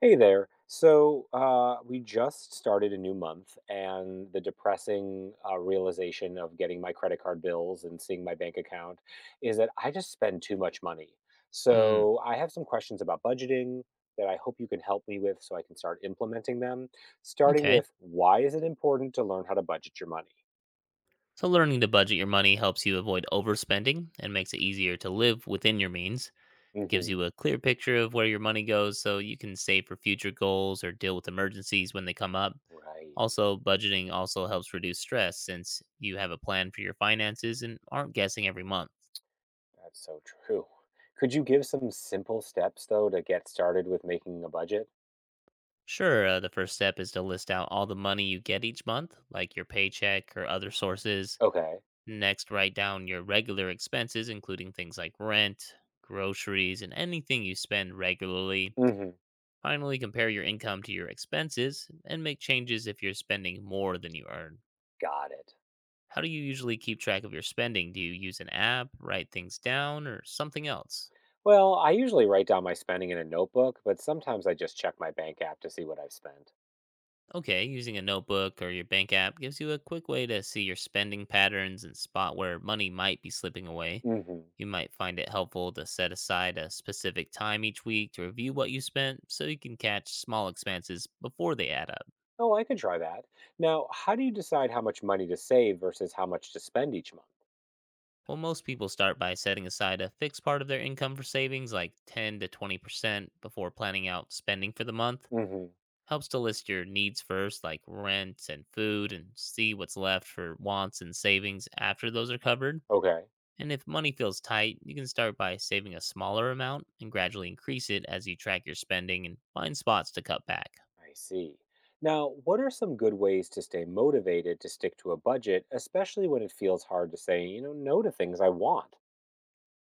Hey there. We just started a new month, and the depressing realization of getting my credit card bills and seeing my bank account is that I just spend too much money. Hmm. So, I have some questions about budgeting that I hope you can help me with so I can start implementing them. Starting Okay. with, why is it important to learn how to budget your money? So learning to budget your money helps you avoid overspending and makes it easier to live within your means. Gives Hmm. you a clear picture of where your money goes so you can save for future goals or deal with emergencies when they come up. Right. Also, budgeting also helps reduce stress since you have a plan for your finances and aren't guessing every month. That's so true. Could you give some simple steps, though, to get started with making a budget? Sure, the first step is to list out all the money you get each month, like your paycheck or other sources. Okay. Next, write down your regular expenses, including things like rent, groceries, and anything you spend regularly. Hmm. Finally, compare your income to your expenses and make changes if you're spending more than you earn. Got it. How do you usually keep track of your spending? Do you use an app, write things down, or something else? Well, I usually write down my spending in a notebook, but sometimes I just check my bank app to see what I've spent. Okay, using a notebook or your bank app gives you a quick way to see your spending patterns and spot where money might be slipping away. Hmm. You might find it helpful to set aside a specific time each week to review what you spent so you can catch small expenses before they add up. Oh, I could try that. Now, how do you decide how much money to save versus how much to spend each month? Well, most people start by setting aside a fixed part of their income for savings, like 10 to 20%, before planning out spending for the month. Hmm. Helps to list your needs first, like rent and food, and see what's left for wants and savings after those are covered. Okay, And if money feels tight, you can start by saving a smaller amount and gradually increase it as you track your spending and find spots to cut back. I see. Now, what are some good ways to stay motivated to stick to a budget, especially when it feels hard to say, you know, no to things I want?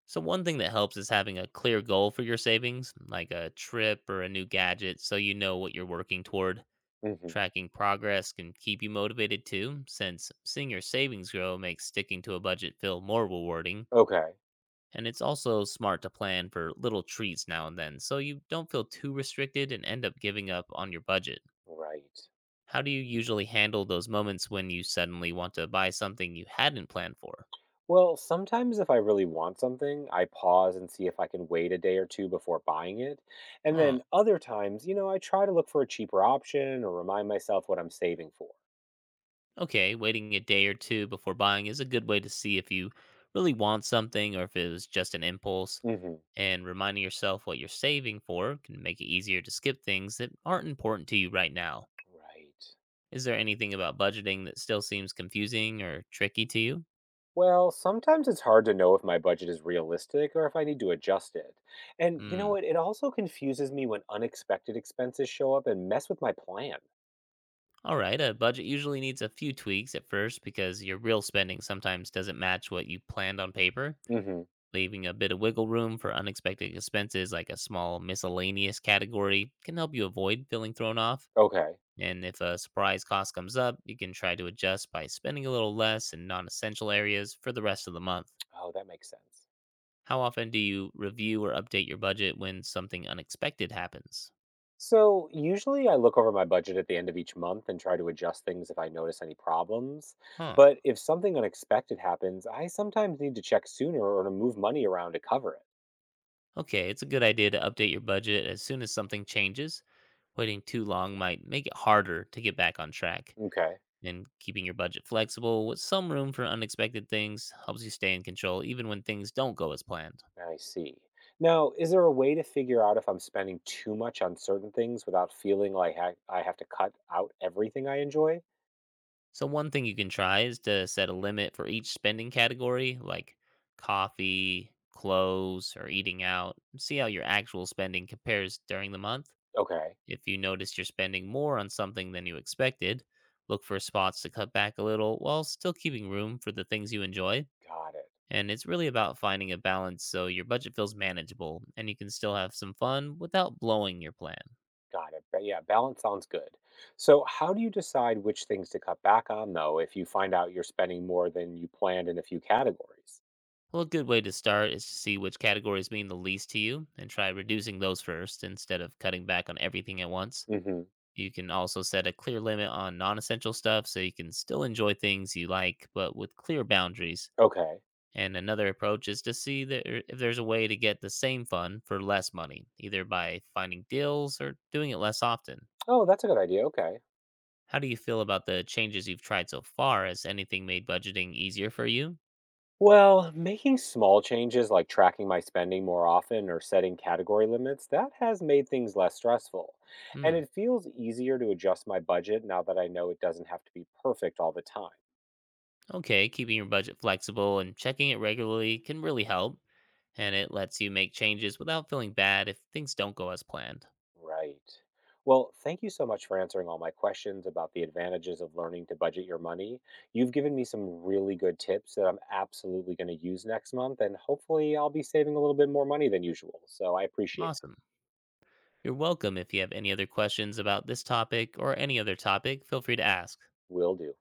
So, one thing that helps is having a clear goal for your savings, like a trip or a new gadget, so you know what you're working toward. Hmm. Tracking progress can keep you motivated too, since seeing your savings grow makes sticking to a budget feel more rewarding. Okay, And it's also smart to plan for little treats now and then, so you don't feel too restricted and end up giving up on your budget. right. How do you usually handle those moments when you suddenly want to buy something you hadn't planned for? Well, sometimes if I really want something, I pause and see if I can wait a day or two before buying it. And Huh. then other times, you know, I try to look for a cheaper option or remind myself what I'm saving for. Okay, waiting a day or two before buying is a good way to see if you really want something or if it was just an impulse. Hmm. And reminding yourself what you're saving for can make it easier to skip things that aren't important to you right now. Right. Is there anything about budgeting that still seems confusing or tricky to you? Well, sometimes it's hard to know if my budget is realistic or if I need to adjust it. And you know Hmm. what? It also confuses me when unexpected expenses show up and mess with my plan. All right, a budget usually needs a few tweaks at first because your real spending sometimes doesn't match what you planned on paper. Hmm. Leaving a bit of wiggle room for unexpected expenses, like a small miscellaneous category, can help you avoid feeling thrown off. Okay. And if a surprise cost comes up, you can try to adjust by spending a little less in non essential areas for the rest of the month. Oh, that makes sense. How often do you review or update your budget when something unexpected happens? So usually I look over my budget at the end of each month and try to adjust things if I notice any problems. Huh. But if something unexpected happens, I sometimes need to check sooner or to move money around to cover it. Okay, it's a good idea to update your budget as soon as something changes. Waiting too long might make it harder to get back on track. Okay, And keeping your budget flexible with some room for unexpected things helps you stay in control even when things don't go as planned. I see. Now, is there a way to figure out if I'm spending too much on certain things without feeling like I have to cut out everything I enjoy? So, one thing you can try is to set a limit for each spending category, like coffee, clothes, or eating out, and see how your actual spending compares during the month. Okay, If you notice you're spending more on something than you expected, look for spots to cut back a little while still keeping room for the things you enjoy. got it. And it's really about finding a balance so your budget feels manageable and you can still have some fun without blowing your plan. Got it. But yeah, balance sounds good. So, how do you decide which things to cut back on, though, if you find out you're spending more than you planned in a few categories? Well, a good way to start is to see which categories mean the least to you and try reducing those first instead of cutting back on everything at once. Hmm. You can also set a clear limit on non essential stuff so you can still enjoy things you like, but with clear boundaries. Okay. And another approach is to if there's a way to get the same fun for less money, either by finding deals or doing it less often. Oh, that's a good idea. Okay. How do you feel about the changes you've tried so far? Has anything made budgeting easier for you? Well, making small changes like tracking my spending more often or setting category limits, that has made things less stressful. And Hmm. it feels easier to adjust my budget now that I know it doesn't have to be perfect all the time. Okay, keeping your budget flexible and checking it regularly can really help, and it lets you make changes without feeling bad if things don't go as planned. Right. Well, thank you so much for answering all my questions about the advantages of learning to budget your money. You've given me some really good tips that I'm absolutely going to use next month, and hopefully, I'll be saving a little bit more money than usual. So I appreciate it. Awesome. You're welcome. If you have any other questions about this topic or any other topic, feel free to ask. Will do.